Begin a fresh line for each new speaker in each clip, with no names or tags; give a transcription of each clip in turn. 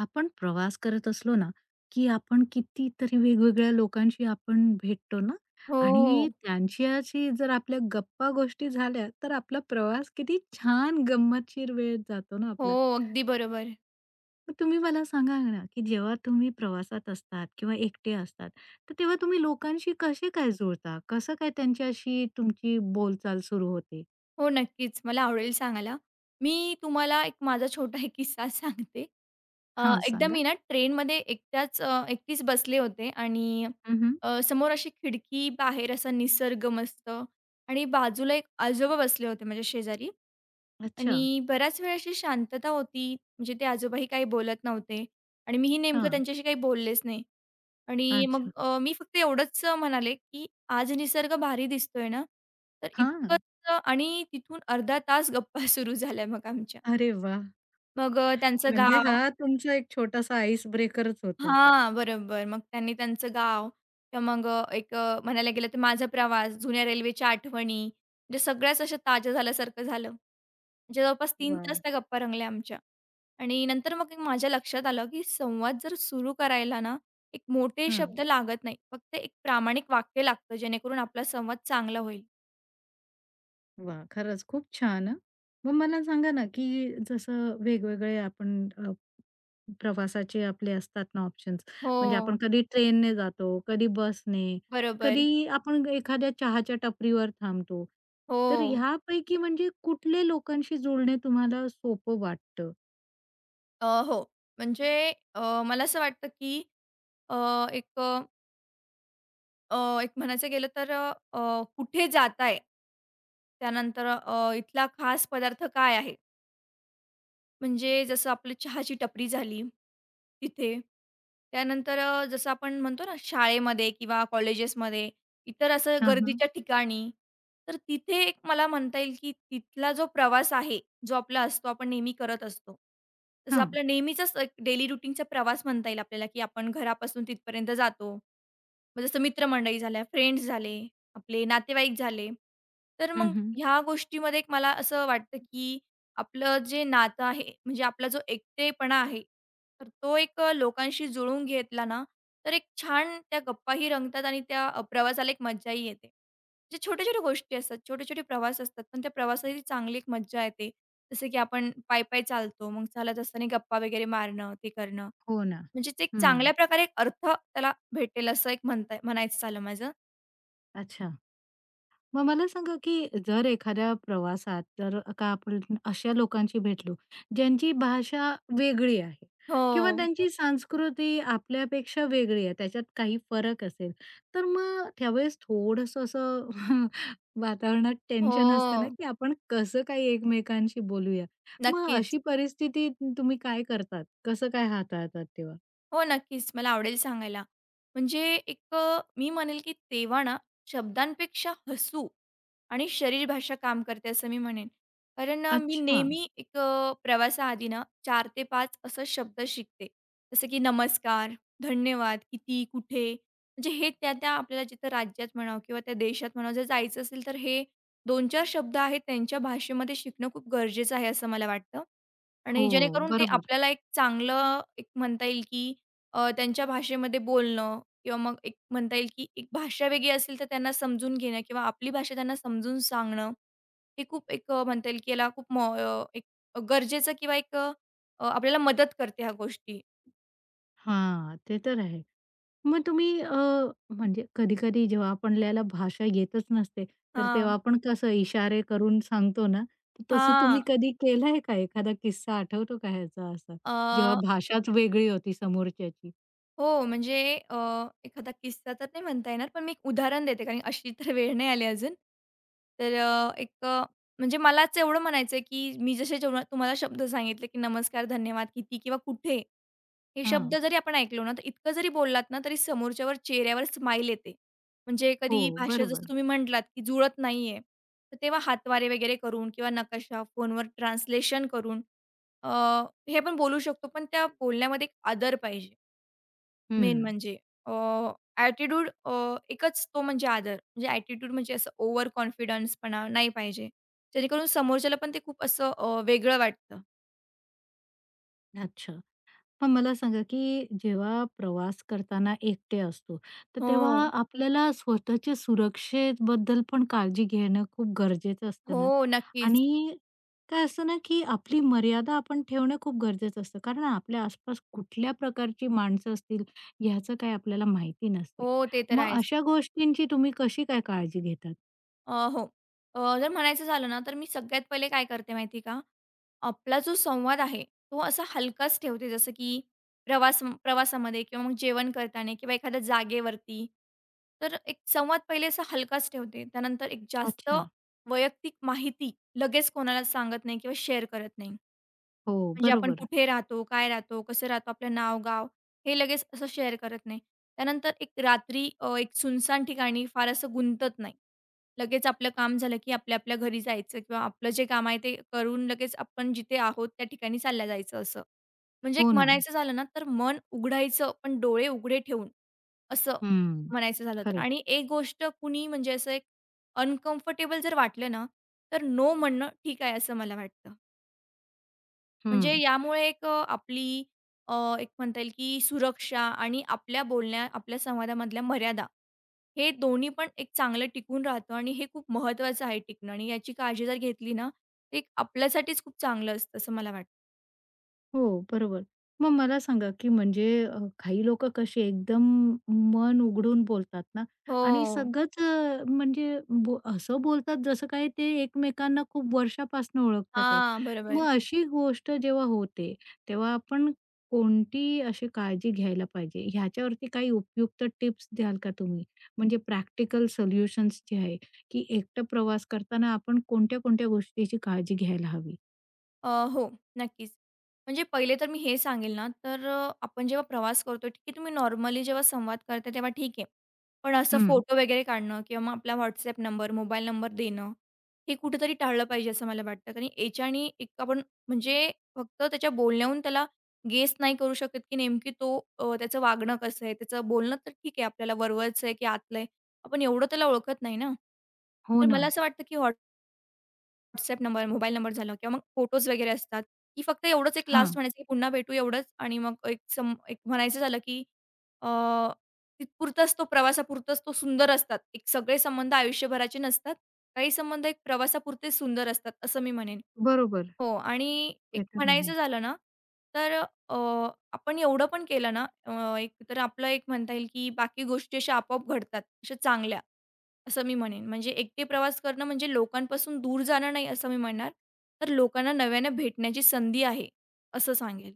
आपण प्रवास करत असलो ना, की आपण कितीतरी वेगवेगळ्या लोकांशी आपण भेटतो ना आणि
हो,
त्यांच्याशी जर आपल्या गप्पा-गोष्टी झाल्या, तर आपला प्रवास किती छान गंमतशीर वेळ जातो ना
हो.
आपला.
अगदी बरोबर.
मग तुम्ही मला सांगा ना, की जेव्हा तुम्ही प्रवासात असतात किंवा एकटे असतात, तर तेव्हा तुम्ही लोकांशी कसे काय जुळता? कसं काय त्यांच्याशी तुमची बोलचाल सुरू होते?
हो, नक्कीच. मला आवडेल सांगायला. मी तुम्हाला एक माझा छोटा एक किस्सा सांगते.
हां,
एकदा
सांगा.
मी ना ट्रेनमध्ये एकटीच बसले होते आणि
हं.
समोर अशी खिडकी, बाहेर असा निसर्ग मस्त आणि बाजूला एक आजोबा बसले होते माझ्या शेजारी
अच्छा.
आणि बराच वेळ अशी शांतता होती. म्हणजे ते आजोबाही काही बोलत नव्हते आणि मीही नेमकं
हां.
त्यांच्याशी काही बोललेच नाही. आणि मग
अच्छा.
मी फक्त एवढंच म्हणाले, की आज निसर्ग भारी दिसतोय ना, तर
हां.
इतकंच आणि तिथून अर्धा तास गप्पा सुरू झाल्या मग आमच्या.
अरे वाह!
मग त्यांचं
म्हणजे
गाव
हा तुमचा एक छोटासा आईस ब्रेकरच होता.
हां, बरोबर. मग त्यांनी त्यांचं गाव किंवा मग म्हणायला गेलं तर माझा प्रवास, जुन्या रेल्वेच्या आठवणी, म्हणजे सगळ्याच अशा ताज्या झाल्यासारखं झालं. म्हणजे जवळपास 3 तास
वाह!
त्या गप्पा रंगल्या आमच्या. आणि नंतर मग एक माझ्या लक्षात आलं, की संवाद जर सुरू करायला ना, एक मोठे
हां.
शब्द लागत नाही. फक्त एक प्रामाणिक वाक्य लागतं, जेणेकरून आपला संवाद चांगला होईल.
वाह! खरंच खूप छान हां. मग मला सांगा ना, की जसं वेगवेगळे आपण प्रवासाचे आपले असतात ना ऑप्शन्स,
हो,
म्हणजे आपण कधी ट्रेनने जातो, कधी बसने,
बरोबर.
कधी आपण एखाद्या चहाच्या टपरीवर थांबतो. तर
हो.
ह्यापैकी म्हणजे कुठले लोकांशी जुळणे तुम्हाला सोपं वाटतं?
हो. म्हणजे अ, मला असं वाटतं, की अ, एक एक म्हणायचं गेलं तर अ, अ, कुठे जाताय? त्यानंतर इथला खास पदार्थ काय आहे? म्हणजे जसं आपली चहाची टपरी झाली, तिथे. त्यानंतर जसं आपण म्हणतो ना शाळेमध्ये किंवा कॉलेजेसमध्ये, इतर असं
हां, हां.
गर्दीच्या ठिकाणी. तर तिथे एक मला म्हणता येईल, की तिथला जो प्रवास आहे, जो आपला असतो, आपण नेहमी करत असतो. जसं
हां.
आपला नेहमीचाच एक डेली रूटीनचा प्रवास म्हणता येईल आपल्याला, की आपण घरापासून तिथपर्यंत जातो. मग जसं मित्रमंडळी झाल्या, फ्रेंड्स झाले, आपले नातेवाईक झाले. तर मग
हं.
ह्या गोष्टीमध्ये एक मला असं वाटतं, की आपलं जे नातं आहे, म्हणजे आपला जो एकटेपणा आहे, तर तो एक लोकांशी जुळवून घेतला ना, तर एक छान त्या गप्पाही रंगतात आणि त्या प्रवासाला एक मज्जाही येते. जे छोट्या-छोट्या गोष्टी असतात, छोटे-छोटे प्रवास असतात, पण त्या प्रवासाची चांगली एक मज्जा येते. जसं की आपण पायी-पायी चालतो, मग चालत असताना गप्पा वगैरे मारणं, ते करणं.
हो ना.
म्हणजे ते एक
हं.
चांगल्या प्रकारे एक अर्थ त्याला भेटेल असं एक म्हणायचं झालं माझं.
अच्छा. मग मला सांगा, की जर एखाद्या प्रवासात जर का आपण अशा लोकांशी भेटलो, ज्यांची भाषा वेगळी आहे किंवा
हो.
त्यांची संस्कृती आपल्यापेक्षा वेगळी आहे, त्याच्यात काही फरक असेल, तर मग त्यावेळेस थोडंसं असं वातावरणात
हो.
टेन्शन असतं ना, की आपण कसं काय एकमेकांशी बोलूया? मग
नक्कीच.
अशी परिस्थिती तुम्ही काय करतात? कसं काय हाताळतात तेव्हा?
हो, नक्कीच. मला आवडेल सांगायला. म्हणजे एक मी म्हणेल की तेव्हा ना शब्दांपेक्षा हसू आणि शरीर भाषा काम करते असं मी म्हणेन. कारण मी
अच्छा.
नेहमी एक प्रवासाआधी ना 4 ते 5 असं शब्द शिकते. जसं की नमस्कार, धन्यवाद, किती, कुठे म्हणजे हे त्या-त्या आपल्याला जिथं राज्यात म्हणावं किंवा त्या देशात म्हणावं जर जायचं असेल तर हे 2-4 शब्द आहेत त्यांच्या भाषेमध्ये शिकणं खूप गरजेचं आहे असं मला वाटतं.
हो,
आणि जेणेकरून ते
बरोबर.
आपल्याला एक चांगलं एक म्हणता येईल, की त्यांच्या भाषेमध्ये बोलणं किंवा मग एक म्हणता येईल, की एक भाषा वेगळी असेल तर त्यांना समजून घेणं किंवा आपली भाषा त्यांना समजून सांगणं, हे खूप एक म्हणता येईल, की याला खूप एक गरजेचं किंवा एक आपल्याला मदत करते ह्या गोष्टी.
हां, ते तर आहे. मग तुम्ही म्हणजे कधी-कधी जेव्हा आपल्याला भाषा येतच नसते, तर तेव्हा
हां.
आपण कसं इशारे करून सांगतो ना, तर तसं
हां.
तुम्ही कधी केलंय का? एखादा किस्सा आठवतो का ह्याचा असा? जेव्हा भाषाच वेगळी होती समोरच्याची?
हो, म्हणजे अ, एखादा किस्सा तर नाही म्हणता येणार, पण मी एक उदाहरण देते, कारण अशी तर वेळ नाही आली अजून. तर म्हणजे मलाच एवढं म्हणायचं आहे, की मी जसे जेव्हा तुम्हाला शब्द सांगितले, की नमस्कार, धन्यवाद, किती किंवा कुठे हे
हां.
शब्द जरी आपण ऐकलो ना, तर इतकं जरी बोललात ना, तरी समोरच्यावर चेहऱ्यावर स्माईल येते. म्हणजे
हो,
कधी भाषा जसं
बरोबर.
तुम्ही म्हटलात, की जुळत नाही तर तेव्हा हातवारे वगैरे करून किंवा नकाशा फोनवर ट्रान्सलेशन करून अ, हे आपण बोलू शकतो, पण त्या बोलण्यामध्ये एक आदर पाहिजे. मेन
हं.
म्हणजे अ, ॲटिट्यूड एकच तो म्हणजे आदर. म्हणजे ॲटिट्यूड म्हणजे असं ओव्हर कॉन्फिडन्सपणा नाही पाहिजे. जेणेकरून समोरच्याला पण ते खूप असं वेगळं वाटतं.
अच्छा. मग मला सांगा, की जेव्हा प्रवास करताना एकटे असतो, तर तेव्हा
हो.
आपल्याला स्वतःच्या सुरक्षेबद्दल पण काळजी घेणं खूप गरजेचं असतं
हो,
ना?
नक्कीच.
आणि काय असतं ना, की आपली मर्यादा आपण ठेवणं खूप गरजेचं असतं. कारण आपल्या आसपास कुठल्या प्रकारची माणसं असतील, ह्याचं काही आपल्याला माहिती नसते.
हो, ते तर
मग
आहेच.
अशा गोष्टींची तुम्ही कशी काय काळजी घेतात?
हो. जर म्हणायचं झालं ना, तर मी सगळ्यात पहिले काय करते माहिती आहे का? आपला जो संवाद आहे, तो असा हलकाच ठेवते. जसं की प्रवासामध्ये किंवा मग जेवण करताना किंवा एखाद्या जागेवरती. तर एक संवाद पहिले असा हलकाच ठेवते. त्यानंतर एक जास्त
अच्छा.
वैयक्तिक माहिती लगेच कोणाला सांगत नाही किंवा शेअर करत नाही.
हो,
म्हणजे आपण
बरोबर.
कुठे राहतो, काय राहतो, कसं राहतो, आपलं नाव, गाव हे लगेच असं शेअर करत नाही. त्यानंतर एक रात्री एक सुनसान ठिकाणी फार असं गुंतत नाही. लगेच आपलं काम झालं, की आपल्या आपल्या घरी जायचं किंवा आपलं जे काम आहे ते करून लगेच आपण जिथे आहोत त्या ठिकाणी चालल्या जायचं असं. म्हणजे एक
हो ना.
म्हणायचं झालं ना, तर मन उघडायचं पण डोळे उघडे ठेवून, असं
हं.
म्हणायचं झालं तर.
खरंच.
आणि एक गोष्ट कुणी म्हणजे असं एक अनकम्फर्टेबल जर वाटलं ना, तर नो म्हणणं ठीक आहे असं मला वाटतं. म्हणजे
हं.
यामुळे एक आपली अ, एक म्हणता येईल की सुरक्षा आणि आपल्या बोलण्या आपल्या संवादामधल्या मर्यादा हे दोन्ही पण एक चांगलं टिकून राहतं आणि हे खूप महत्त्वाचं आहे टिकणं आणि याची काळजी जर घेतली ना, ते एक आपल्यासाठीच खूप चांगलं असतं असं मला वाटतं.
हो, बरोबर. मग मला सांगा, की म्हणजे काही लोकं कसे एकदम मन उघडून बोलतात ना
हो.
आणि सगळंच अ, म्हणजे बो असं बोलतात जसं काही ते एकमेकांना खूप वर्षापासून ओळखतात आहे.
हां, बरोबर.
मग अशी गोष्ट जेव्हा होते, तेव्हा आपण कोणती अशी काळजी घ्यायला पाहिजे? ह्याच्यावरती काही उपयुक्त टिप्स द्याल का तुम्ही? म्हणजे प्रॅक्टिकल सोल्युशन्स जे आहे, की एकटं प्रवास करताना आपण कोणत्या-कोणत्या गोष्टीची काळजी घ्यायला हवी?
हो, नक्कीच. म्हणजे पहिले तर मी हे सांगेल ना, तर आपण जेव्हा प्रवास करतो, ठीक आहे, तुम्ही नॉर्मली जेव्हा संवाद करता तेव्हा ठीक आहे. पण असं
हं.
फोटो वगैरे काढणं किंवा मग आपला WhatsApp नंबर, मोबाईल नंबर देणं, हे कुठेतरी टाळलं पाहिजे असं मला वाटतं. कारण याच्याने एक आपण म्हणजे फक्त त्याच्या बोलण्याहून त्याला गेस नाही करू शकत, की नेमकी तो त्याचं वागणं कसं आहे, त्याचं बोलणं तर ठीक आहे, आपल्याला वरवरचं आहे की आतलं आहे. आपण एवढं त्याला ओळखत नाही ना.
हो
तर
ना.
मला असं वाटतं की WhatsApp नंबर, मोबाईल नंबर झाला किंवा मग फोटोज वगैरे असतात, की फक्त एवढंच एक लास्ट
हां.
म्हणायचं, की पुन्हा भेटू एवढंच आणि मग एक सम एक म्हणायचं झालं, की अ, तिथपुरताच तो प्रवासापुरताच तो सुंदर असतात. एक सगळे संबंध आयुष्यभराचे नसतात. काही संबंध एक प्रवासापुरतेच सुंदर असतात, असं मी म्हणेन.
बरोबर.
हो आणि एक
ते तर आहे.
म्हणायचं झालं ना, तर अ, आपण एवढं पण केलं ना, एक तर आपलं एक म्हणता येईल, की बाकी गोष्टी अशा आपोआप घडतात, अशा चांगल्या. असं मी म्हणेन. म्हणजे एकटे प्रवास करणं म्हणजे लोकांपासून दूर जाणं नाही असं मी म्हणणार, तर लोकांना नव्याने भेटण्याची संधी आहे, असं सांगेल.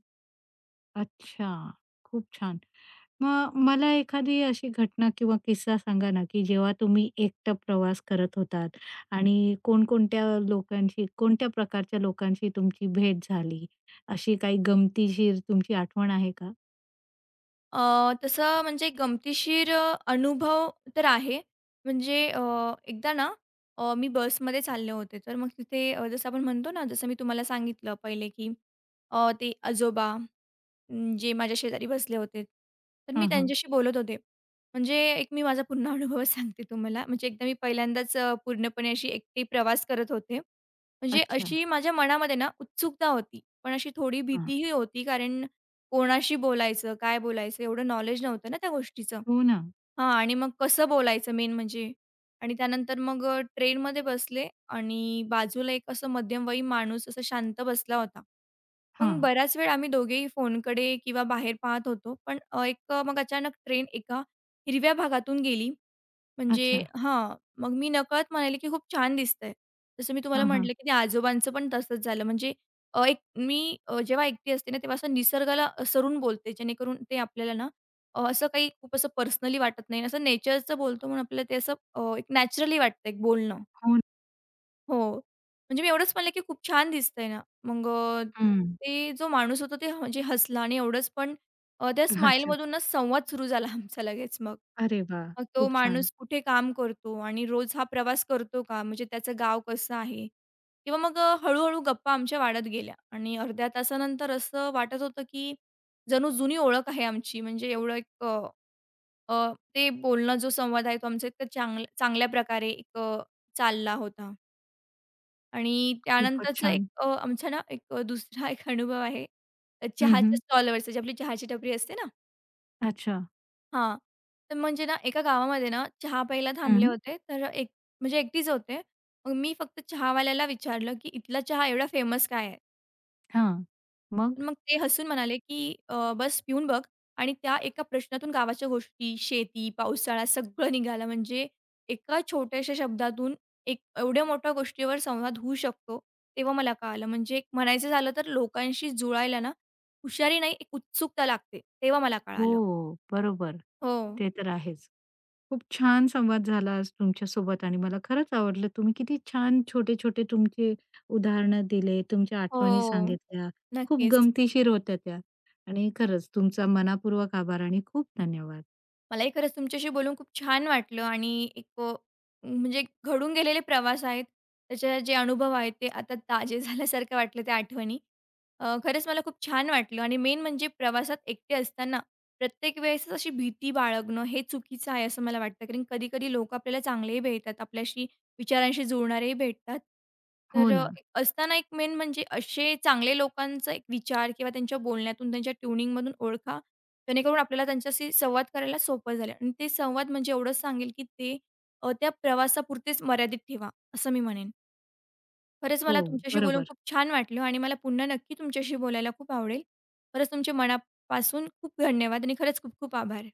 अच्छा. खूप छान. मग मला एखादी अशी घटना किंवा किस्सा सांगा ना, की जेव्हा तुम्ही एकटा प्रवास करत होतात आणि कोणकोणत्या लोकांशी, कोणत्या प्रकारच्या लोकांशी तुमची भेट झाली? अशी काही गमतीशीर तुमची आठवण आहे का?
तसं म्हणजे गमतीशीर अनुभव तर आहे. म्हणजे एकदा ना मी बसमध्ये चालले होते, तर मग तिथे जसं आपण म्हणतो ना, जसं मी तुम्हाला सांगितलं पहिले, की ते आजोबा जे माझ्या शेजारी बसले होते. तर मी
हां, हां.
त्यांच्याशी बोलत होते. म्हणजे एक मी माझा पूर्ण अनुभव सांगते तुम्हाला. म्हणजे एकदा मी पहिल्यांदाच पूर्णपणे अशी एकटी प्रवास करत होते. म्हणजे
अच्छा.
अशी माझ्या मनामध्ये ना उत्सुकता होती, पण अशी थोडी
हां.
भीतीही होती, कारण कोणाशी बोलायचं, काय बोलायचं एवढं नॉलेज नव्हतं ना त्या गोष्टीचं.
हो ना.
हां आणि मग कसं बोलायचं मेन म्हणजे. आणि त्यानंतर मग ट्रेनमध्ये बसले आणि बाजूला एक असं मध्यमवयीन माणूस असा शांत बसला होता. मग
हां.
बराच वेळ आम्ही दोघेही फोनकडे किंवा बाहेर पाहत होतो. पण मग अचानक ट्रेन एका हिरव्या भागातून गेली. म्हणजे
अच्छा.
हां, मग मी नकळत म्हणाले, की खूप छान दिसतंय. जसं मी तुम्हाला
हां, हां.
म्हटलं, की ते आजोबांचं पण तसंच झालं. म्हणजे अ, एक मी अ, जेव्हा एकटी असते ना, तेव्हा असं निसर्गाला सरून बोलते. जेणेकरून ते आपल्याला ना असं काही खूप असं पर्सनली वाटत नाही. असं नेचरचं बोलतो म्हणून आपल्याला ते असं एक नॅचरली वाटतं एक बोलणं.
हो ना.
हो. म्हणजे मी एवढंच म्हणलं, की खूप छान दिसतंय ना. मग
हं.
ते जो माणूस होता ते म्हणजे हसला आणि एवढंच पण त्या
अच्छा.
स्माईलमधूनच संवाद सुरू झाला आमचा लगेच मग.
अरे वाह!
मग तो
खूप छान.
माणूस कुठे काम करतो आणि रोज हा प्रवास करतो का? म्हणजे त्याचं गाव कसं आहे? किंवा मग हळू गप्पा आमच्या वाढत गेल्या आणि अर्ध्या तासानंतर असं वाटत होतं, की जणू जुनी ओळख आहे आमची. म्हणजे एवढं ते बोलणं जो संवाद आहे तो आमचा इतका चांगल्या प्रकारे एक चालला होता. आणि
खूपच
त्यानंतरचं
छान.
आमचा ना दुसरा एक अनुभव आहे.
हं,
चहाच्या
हं.
स्टॉलवरचा, जी आपली चहाची टपरी असते ना
अच्छा.
हां. तर म्हणजे ना एका गावामध्ये ना चहा प्यायला थांबले
हं.
होते. तर एक म्हणजे एकटीच होते. मग मी फक्त चहावाल्याला विचारलं, की "इथला चहा एवढा फेमस काय आहे?"
हां. मग?
मग ते हसून म्हणाले, की बस पिऊन बघ" आणि त्या एका प्रश्नातून गावाच्या गोष्टी, शेती, पावसाळा सगळं निघालं. म्हणजे एका छोट्याशा शब्दातून एक एवढ्या मोठ्या गोष्टीवर संवाद होऊ शकतो, तेव्हा मला कळालं. म्हणजे एक म्हणायचं झालं तर लोकांशी जुळायला ना, हुशारी नाही, एक उत्सुकता लागते. तेव्हा मला कळालं.
हो, बरोबर.
हो.
ते तर आहेच. खूप छान संवाद झाला आज तुमच्यासोबत आणि मला खरंच आवडलं. तुम्ही किती छान छोटे-छोटे तुमचे उदाहरणं दिले, तुमच्या आठवणी
हो.
सांगितल्या. खूप
नक्कीच.
गमतीशीर होत्या त्या आणि खरंच तुमचा मनापूर्वक आभार आणि खूप धन्यवाद.
मलाही खरंच तुमच्याशी बोलून खूप छान वाटलं आणि म्हणजे घडून गेलेले प्रवास आहेत, त्याचे जे अनुभव आहेत ते आता ताजे झाल्यासारखं वाटलं त्या आठवणी. खरंच मला खूप छान वाटलं आणि मेन म्हणजे प्रवासात एकटे असताना प्रत्येक वेळेसच अशी भीती बाळगणं हे चुकीचं आहे असं मला वाटतं. कारण कधी-कधी लोकं आपल्याला चांगलेही भेटतात, आपल्याशी विचारांशी जुळणारेही भेटतात.
हो
तर
ना.
एक असताना एक मेन म्हणजे असे चांगले लोकांचा एक विचार किंवा त्यांच्या बोलण्यातून, त्यांच्या ट्युनिंगमधून ओळखा जेणेकरून आपल्याला त्यांच्याशी संवाद करायला सोपं झालं आणि ते संवाद म्हणजे एवढंच सांगेल, की ते त्या प्रवासापुरतेच मर्यादित ठेवा, असं मी म्हणेन. खरंच
हो,
मला तुमच्याशी बोलून
बरोबर.
खूप छान वाटलं आणि मला पुन्हा नक्की तुमच्याशी बोलायला खूप आवडेल. खरंच तुमचे मनापासून खूप धन्यवाद आणि खरंच खूप खूप आभार.